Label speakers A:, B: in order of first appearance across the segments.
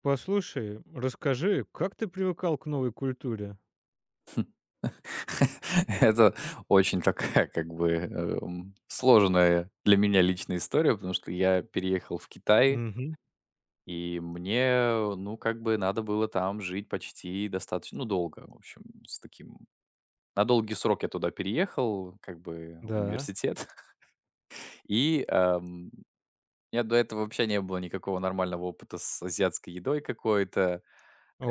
A: Послушай, расскажи, как ты привыкал к новой культуре?
B: Это очень такая, как бы, сложная для меня личная история, потому что я переехал в Китай,
A: Мгм.
B: и мне, ну, как бы надо было там жить почти достаточно, ну, долго, в общем, с таким. На долгий срок я туда переехал, как бы в
A: Да.
B: университет. И у меня до этого вообще не было никакого нормального опыта с азиатской едой какой-то.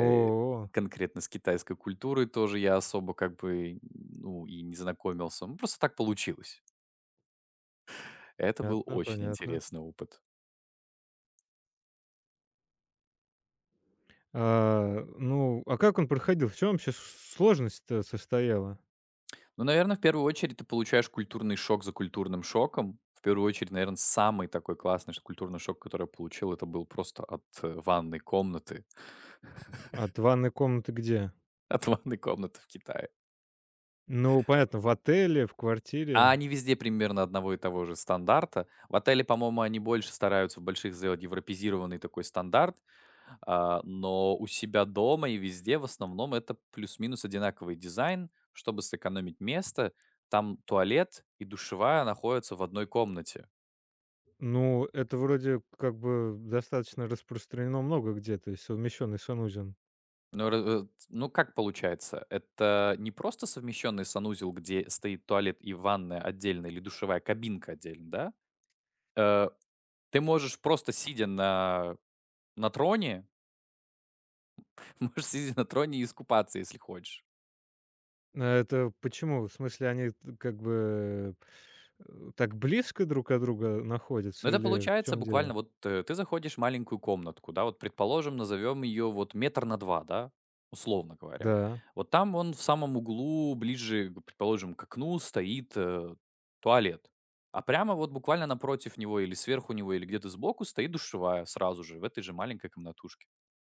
B: э, конкретно с китайской культурой тоже я особо как бы, ну, и не знакомился. Ну, просто так получилось. Это был
A: понятно,
B: очень
A: понятно.
B: интересный опыт.
A: А, ну, а как он проходил? В чем вообще с сложность-то состояла?
B: Ну, наверное, в первую очередь ты получаешь культурный шок за культурным шоком. В первую очередь, наверное, самый такой классный ш культурный шок, который я получил, это был просто от ванной комнаты.
A: От ванной комнаты где?
B: От ванной комнаты в Китае.
A: Ну, понятно, в отеле, в
B: А
A: квартире.
B: они везде примерно одного и того же стандарта. В отеле, по-моему, они больше стараются в больших сделать европезированный такой стандарт, но у себя дома и везде в основном это плюс-минус одинаковый дизайн, чтобы сэкономить место. Там туалет и душевая находятся в одной комнате.
A: Ну, это вроде как бы достаточно распространено много где, то есть совмещенный санузел.
B: Ну, как получается? Это не просто совмещенный санузел, где стоит туалет и ванная отдельно, или душевая кабинка отдельно, да? Э, ты можешь просто сидя на троне. Можешь сидеть на троне и искупаться, если хочешь.
A: А это почему? В смысле, они т- как бы э, так близко друг от друга
B: Но
A: находятся
B: это
A: или в
B: получается
A: чем дело?
B: буквально вот ты заходишь в маленькую комнатку, да, вот предположим, назовем ее вот метр на два, да, условно говоря.
A: Да,
B: Вот там он в самом углу, ближе, предположим, к окну стоит туалет. А прямо вот буквально напротив него или сверху него или где-то сбоку стоит душевая сразу же в этой же маленькой комнатушке.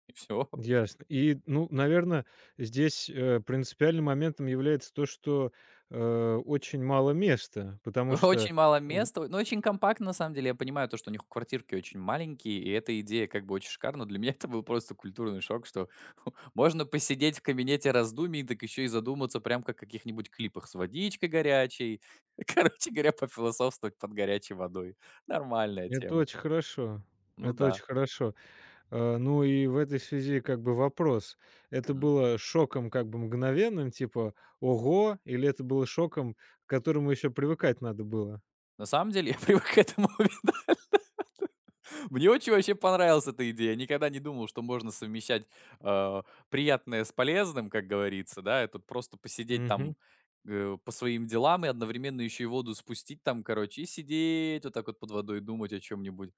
B: И все.
A: ясно. И, ну, наверное, здесь, принципиальным моментом является то, что, очень мало места, потому что
B: Очень мало
A: в
B: места, но очень компактно, на самом деле. Я понимаю то, что у них квартирки очень маленькие, и эта идея как бы очень шикарна. Для меня это был просто культурный шок, что можно посидеть в кабинете раздумий, так еще и задуматься прям как в каких-нибудь клипах с водичкой горячей. Короче говоря, пофилософствовать под горячей водой. Нормальная
A: это
B: тема.
A: очень хорошо,
B: Ну
A: это
B: да.
A: очень хорошо. Ну и в этой связи как бы вопрос: это
B: Мгм.
A: было шоком как бы мгновенным, типа "ого", или это было шоком, к которому еще привыкать надо было?
B: На самом деле я привык к этому. Мне очень вообще понравилась эта идея. Я никогда не думал, что можно совмещать, э, приятное с полезным, как говорится, да. Это просто посидеть там,
A: Угу.
B: по своим делам и одновременно еще и воду спустить там, короче, и сидеть вот так вот под водой, думать о чем-нибудь.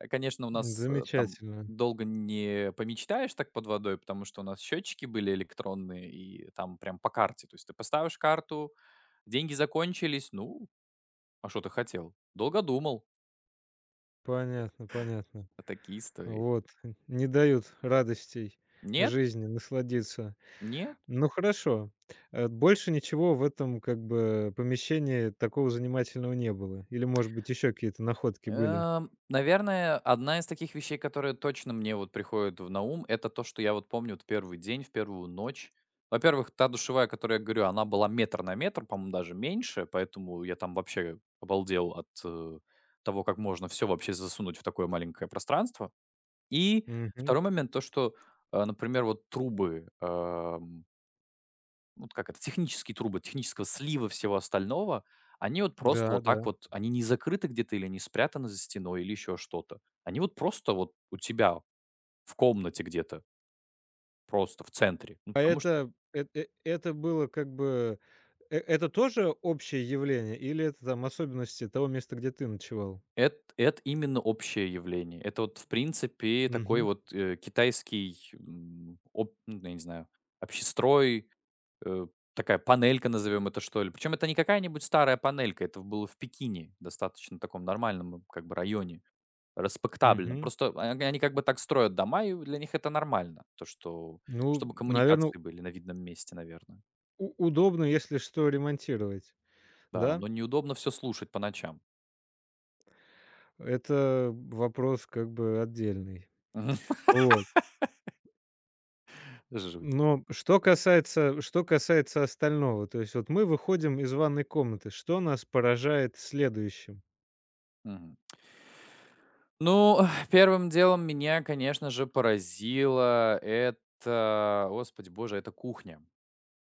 B: Конечно, у нас, там
A: Замечательно.
B: долго не помечтаешь так под водой, потому что у нас счетчики были электронные, и там прям по карте. То есть ты поставишь карту, деньги закончились, ну, а что ты хотел? Долго думал.
A: Понятно, понятно.
B: А такие истории.
A: Вот, н не дают радостей
B: Нет?
A: жизни насладиться.
B: Нет?
A: Ну хорошо. Больше ничего в этом, как бы, помещении такого занимательного не было? Или, может быть, еще какие-то находки были?
B: Наверное, одна из таких вещей, которые точно мне вот приходят в на ум, это то, что я вот помню вот первый день, в первую ночь. Во-первых, та душевая, о которой я говорю, она была метр на метр, по-моему, даже меньше, поэтому я там вообще обалдел от того, как можно все вообще засунуть в такое маленькое пространство. И
A: Мгм.
B: второй момент, то, что, например, вот трубы, ну, вот как это, технические трубы, технического слива всего остального, они вот просто
A: Да,
B: вот так
A: да.
B: вот, они не закрыты где-то или не спрятаны за стеной или еще что-то. Они вот просто вот у тебя в комнате где-то, просто в центре. Ну,
A: А
B: потому что
A: это эт э это было как бы это тоже общее явление или это там особенности того места, где ты ночевал?
B: это именно общее явление. Это вот, в принципе, такой
A: Мгм,
B: вот китайский, ну, я не знаю, общестрой, э, такая панелька, назовем это что ли. Причем это не какая-нибудь старая панелька, это было в Пекине, достаточно таком нормальном как бы районе. Респектабельно.
A: мгм.
B: Просто о они как бы так строят дома, и для них это нормально. То, что
A: Ну,
B: чтобы
A: наверное,
B: коммуникации были на видном месте, наверное.
A: удобно, если что, ремонтировать,
B: Да,
A: да?
B: но неудобно все слушать по ночам.
A: Это вопрос как бы отдельный.
B: Мгм.
A: Вот.
B: Жуть.
A: Но что касается остального, то есть вот мы выходим из ванной комнаты. Что нас поражает следующим?
B: Мгм. Ну, первым делом меня, конечно же, поразило это, господи боже, это кухня.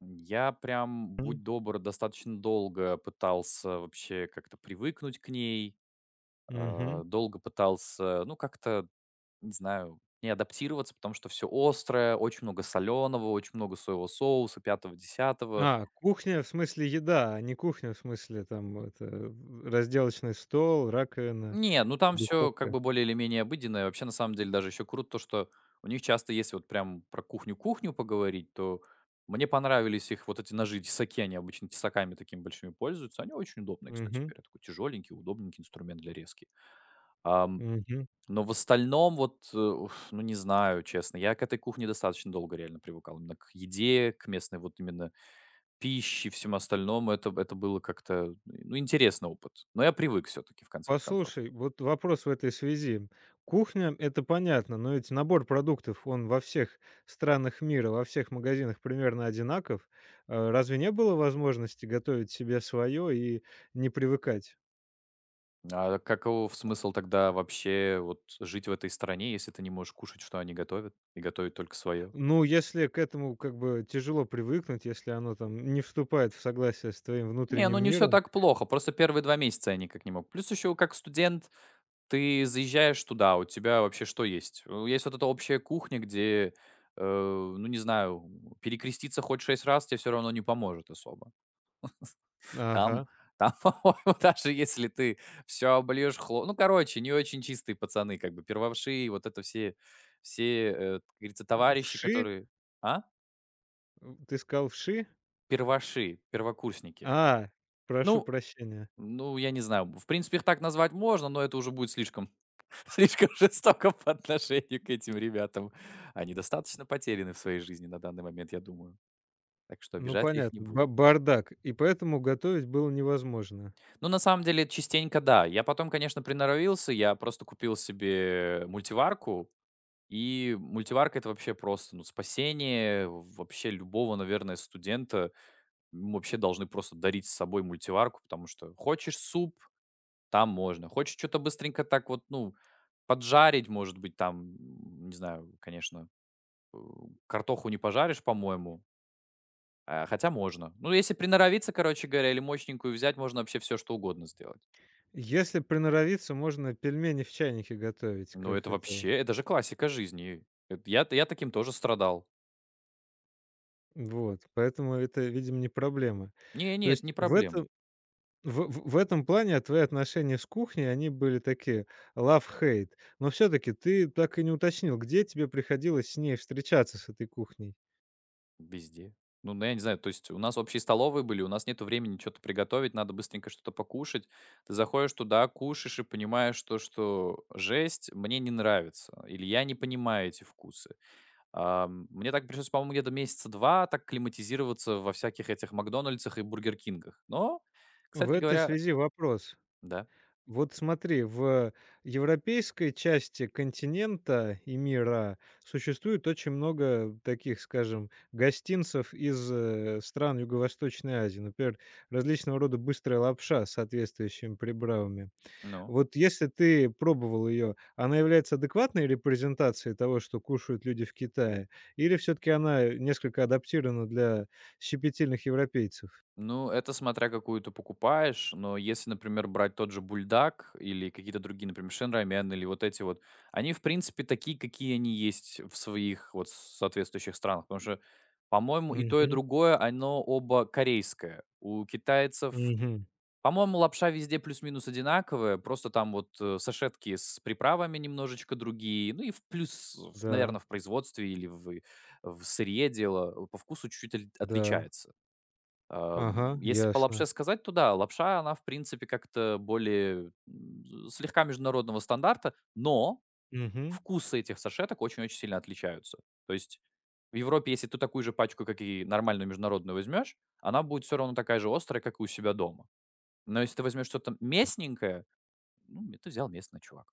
B: Я прям,
A: М.
B: будь добр, достаточно долго пытался вообще как-то привыкнуть к ней,
A: Мгм.
B: долго пытался, ну, как-то не знаю, не адаптироваться, потому что все острое, очень много соленого очень много соевого соуса, пятого десятого.
A: А, кухня в смысле еда, а не кухня в смысле там это, в разделочный стол, раковина,
B: Не, ну там все как
A: духовка.
B: бы более или менее обыденное. Вообще, на самом деле, даже еще круто то, что у них часто, если вот прям про кухню-кухню поговорить, то мне понравились их вот эти ножи-тесаки. Они обычно тесаками такими большими пользуются. Они очень удобные, кстати
A: Мгм.
B: говоря. Такой тяжеленький, удобненький инструмент для резки. Ам,
A: Мгм.
B: но в остальном вот, ну, не знаю, честно. Я к этой кухне достаточно долго реально привыкал. Именно к еде, к местной вот именно пищи, всем остальном, это было как-то, ну, интересный опыт. Но я привык все-таки в конце концов.
A: Послушай, вот вопрос в этой связи. Кухня — это понятно, но ведь набор продуктов, он во всех странах мира, во всех магазинах примерно одинаков. Разве не было возможности готовить себе свое и не привыкать?
B: А каков смысл тогда вообще вот жить в этой стране, если ты не можешь кушать, что они готовят, и готовить только свое?
A: Ну, если к этому как бы тяжело привыкнуть, если оно там не вступает в согласие с твоим
B: Не, ну
A: внутренним
B: не все
A: миром.
B: так плохо, просто первые 2 месяца я никак не мог. Плюс еще как студент ты заезжаешь туда, у тебя вообще что есть? Есть вот эта общая кухня, где, ну, не знаю, перекреститься хоть 6 раз тебе все равно не поможет особо. Там
A: Ага.
B: там, по-моему, даже если ты все обольешь хло ну, короче, не очень чистые пацаны, как бы первоши, вот это все, как говорится, товарищи,
A: Вши?
B: которые. А?
A: Ты сказал вши?
B: Перваши, первокурсники.
A: А, прошу
B: Ну
A: прощения.
B: ну, я не знаю, в принципе, их так назвать можно, но это уже будет слишком слишком жестоко по отношению к этим ребятам. Они достаточно потеряны в своей жизни на данный момент, я думаю, так что
A: Ну,
B: обижать я их не
A: понятно,
B: буду.
A: ба бардак. И поэтому готовить было невозможно.
B: Ну, на самом деле, частенько да. Я потом, конечно, приноровился. Я просто купил себе мультиварку. И мультиварка — это вообще просто, ну, спасение вообще любого, наверное, студента. Ему вообще должны просто дарить с собой мультиварку, потому что хочешь суп — там можно. Хочешь что то быстренько так вот, ну, поджарить, может быть, там, не знаю, конечно, э, картоху не пожаришь, по-моему, а, хотя можно. Ну, если приноровиться, короче говоря, или мощненькую взять, можно вообще все что угодно сделать.
A: Если приноровиться, можно пельмени в чайнике готовить,
B: Ну,
A: как
B: это
A: это.
B: вообще, это же классика жизни. Это я таким тоже страдал.
A: Вот, поэтому это, видимо, не проблема.
B: Не
A: То
B: не, это не
A: есть в
B: проблема.
A: этом в этом плане твои отношения с кухней, они были такие love-hate. Но все таки ты так и не уточнил, где тебе приходилось с ней встречаться, с этой кухней.
B: Везде. Ну, я не знаю, то есть у нас общие столовые были, у нас нету времени что то приготовить, надо быстренько что-то покушать. Ты заходишь туда, кушаешь и понимаешь то, что жесть, мне не нравится или я не понимаю эти вкусы. Мне так пришлось, по-моему, где-то месяца 2 так акклиматизироваться во всяких этих "Макдональдсах" и "Бургер Кингах". Но,
A: В
B: кстати
A: этой
B: говоря.
A: связи вопрос.
B: Да,
A: Вот смотри, в европейской части континента и мира существует очень много таких, скажем, гостинцев из стран Юго-Восточной Азии. Например, различного рода быстрая лапша с соответствующими приправами.
B: ну?
A: Вот если ты пробовал ее, она является адекватной репрезентацией того, что кушают люди в Китае? Или все-таки она несколько адаптирована для щепетильных европейцев?
B: Ну, это смотря какую ты покупаешь, но если, например, брать тот же бульдак или какие-то другие, например, шенрамян или вот эти вот, они, в принципе, такие, какие они есть в своих вот соответствующих странах. Потому что, по-моему, и то, и
A: Мгм.
B: другое, оно оба корейское. У китайцев,
A: Мгм.
B: по-моему, лапша везде плюс-минус одинаковая, просто там вот сашетки с приправами немножечко другие, ну и в плюс,
A: Да,
B: наверное, в производстве или в сырье дело по вкусу чуть-чуть
A: да.
B: отличается.
A: Ага,
B: Если по лапше
A: ясно.
B: сказать, то да, лапша, она, в принципе, как-то более слегка международного стандарта, но
A: Мгм.
B: вкусы этих сашеток очень-очень сильно отличаются. То есть в Европе, если ты такую же пачку, как и нормальную международную возьмешь, она будет все равно такая же острая, как и у себя дома. Но если ты возьмешь что-то местненькое, ну, это взял местный чувак.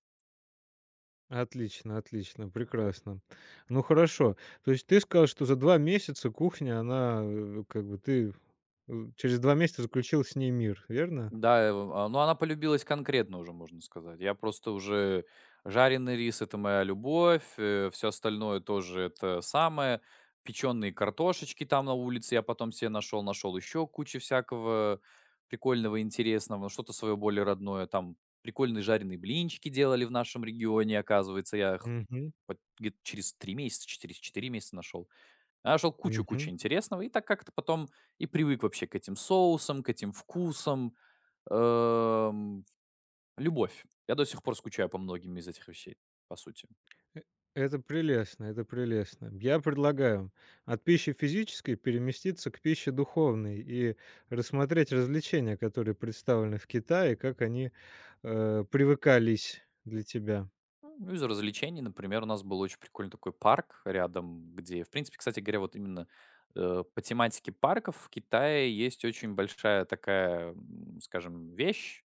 A: Отлично, отлично, прекрасно. Ну хорошо. То есть ты сказал, что за 2 месяца кухня, она, через 2 месяца заключил с ней мир, верно?
B: Да, ну, она полюбилась конкретно уже, можно сказать. Я просто уже жареный рис — это моя любовь, все остальное тоже это самое. Печеные картошечки там на улице я потом себе нашел, нашел еще кучу всякого прикольного, интересного, ну, что-то свое более родное. Там прикольные жареные блинчики делали в нашем регионе, оказывается. Я их
A: Мгм,
B: вот где-то через 3 месяца, через 4 месяца нашел. Я нашел кучу-кучу
A: мгм.
B: интересного и так как-то потом и привык вообще к этим соусам, к этим вкусам. Эм, любовь. Я до сих пор скучаю по многим из этих вещей, по сути.
A: Э, это прелестно, это прелестно. Я предлагаю от пищи физической переместиться к пище духовной и рассмотреть развлечения, которые представлены в Китае, как они, привыкались для тебя.
B: Ну, из развлечений, например, у нас был очень прикольный такой парк рядом, где, в принципе, кстати говоря, вот именно по тематике парков в Китае есть очень большая такая, скажем, вещь.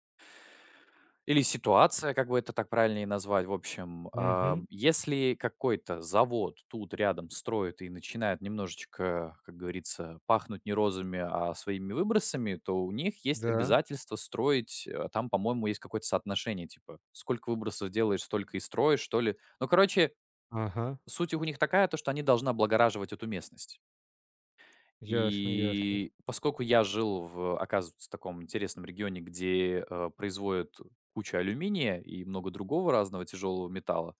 B: Или ситуация, как бы это так правильнее назвать. В общем,
A: Мгм.
B: если какой-то завод тут рядом строит и начинает немножечко, как говорится, пахнуть не розами, а своими выбросами, то у них есть
A: Да.
B: обязательство строить. Там, по-моему, есть какое-то соотношение, типа, сколько выбросов делаешь, столько и строишь, что ли. Ну, короче,
A: Ага.
B: суть у них такая, то, что они должны облагораживать эту местность.
A: Ясно, ясно.
B: И поскольку я жил в, оказывается, таком интересном регионе, где, производят кучу алюминия и много другого разного тяжелого металла,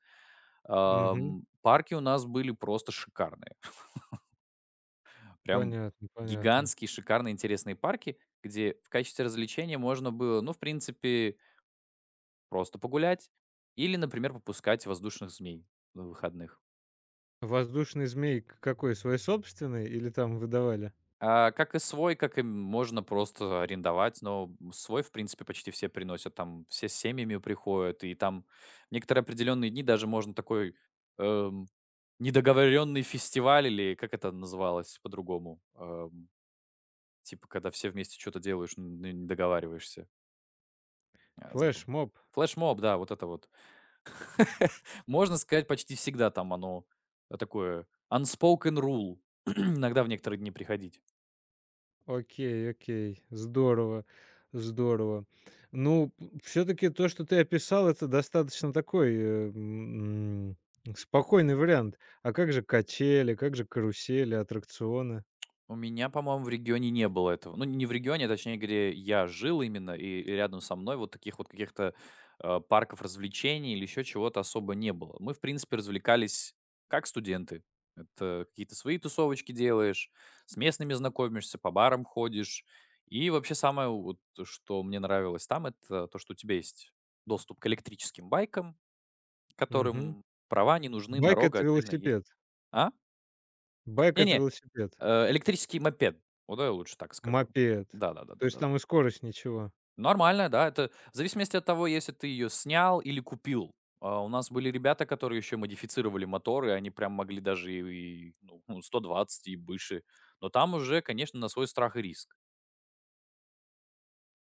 A: Мгм.
B: ам, парки у нас были просто шикарные. Прям
A: Понятно, понятно.
B: гигантские, шикарные, интересные парки, где в качестве развлечения можно было, ну, в принципе, просто погулять или, например, попускать воздушных змей на выходных.
A: Воздушный змей к какой, свой собственный или там выдавали?
B: А, как и свой, как и можно просто арендовать, но свой, в принципе, почти все приносят, там все с семьями приходят, и там некоторые определенные дни даже можно такой, эм, недоговоренный фестиваль или как это называлось по-другому, типа, когда все вместе что то делаешь, не договариваешься, а,
A: Флэш,
B: забыл.
A: флешмоб.
B: Флешмоб, да, вот это вот. Можно сказать, почти всегда там оно такое unspoken rule, иногда в некоторые дни приходить.
A: Окей, окей. Здорово, здорово. Ну, все-таки то, что ты описал, это достаточно такой спокойный вариант. А как же качели, как же карусели, аттракционы?
B: У меня, по-моему, в регионе не было этого. Ну, не в регионе, а точнее, где я жил именно, и рядом со мной вот таких вот каких-то парков развлечений или еще чего-то особо не было. Мы, в принципе, развлекались как студенты. Это какие-то свои тусовочки делаешь, с местными знакомишься, по барам ходишь. И вообще самое, вот, что мне нравилось там, это то, что у тебя есть доступ к электрическим байкам,
A: Мгм.
B: которым права не нужны,
A: Байк
B: дорога
A: это
B: отдельно есть.
A: велосипед.
B: А?
A: Байк это
B: Не-не,
A: велосипед.
B: электрический мопед. Вот я лучше так скажу.
A: Мопед. То есть
B: Да-да-да-да-да.
A: там и скорость ничего.
B: Нормально, да. Это в зависимости от того, если ты ее снял или купил. А, у нас были ребята, которые еще модифицировали моторы, они прям могли даже и ну, 120 и выше. Но там уже, конечно, на свой страх и риск.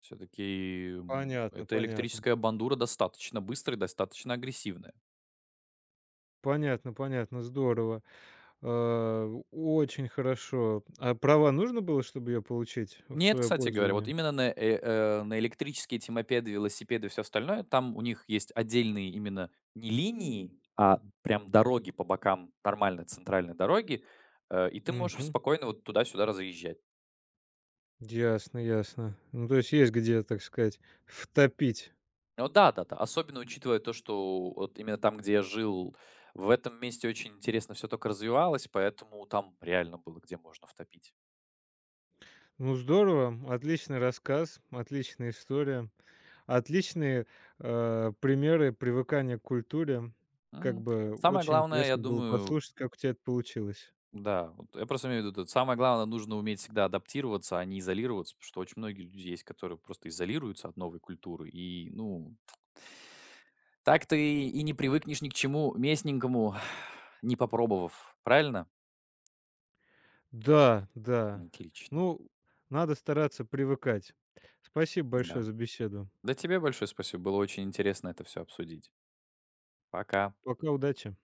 B: Все-таки
A: Понятно,
B: эта
A: понятно.
B: электрическая бандура достаточно быстрая, достаточно агрессивная.
A: Понятно, понятно, здорово. А, очень хорошо. А права нужно было, чтобы ее получить в
B: Нет,
A: свое
B: кстати говоря, вот
A: пользование?
B: именно на электрические темопеды, велосипеды и всё остальное, там у них есть отдельные именно не линии, а прям дороги по бокам нормальной центральной дороги, и ты можешь
A: Мгм.
B: спокойно вот туда-сюда разъезжать.
A: Ясно, ясно. Ну, то есть есть где, так сказать, втопить.
B: Ну да-да-да, особенно учитывая то, что вот именно там, где я жил, в этом месте очень интересно все только развивалось, поэтому там реально было где можно втопить.
A: Ну, здорово. Отличный рассказ, отличная история, отличные, примеры привыкания к культуре. Как
B: М,
A: бы
B: самое
A: очень
B: главное, я
A: интересно было
B: думаю.
A: послушать, как у тебя это получилось.
B: Да, вот я просто имею в виду, тут самое главное, нужно уметь всегда адаптироваться, а не изолироваться, потому что очень многие люди есть, которые просто изолируются от новой культуры, и, ну, так ты и не привыкнешь ни к чему местненькому, не попробовав, правильно?
A: Да, да.
B: Отлично,
A: Ну, надо стараться привыкать. Спасибо большое
B: да.
A: за беседу.
B: Да тебе большое спасибо, было очень интересно это все обсудить. Пока.
A: Пока, удачи.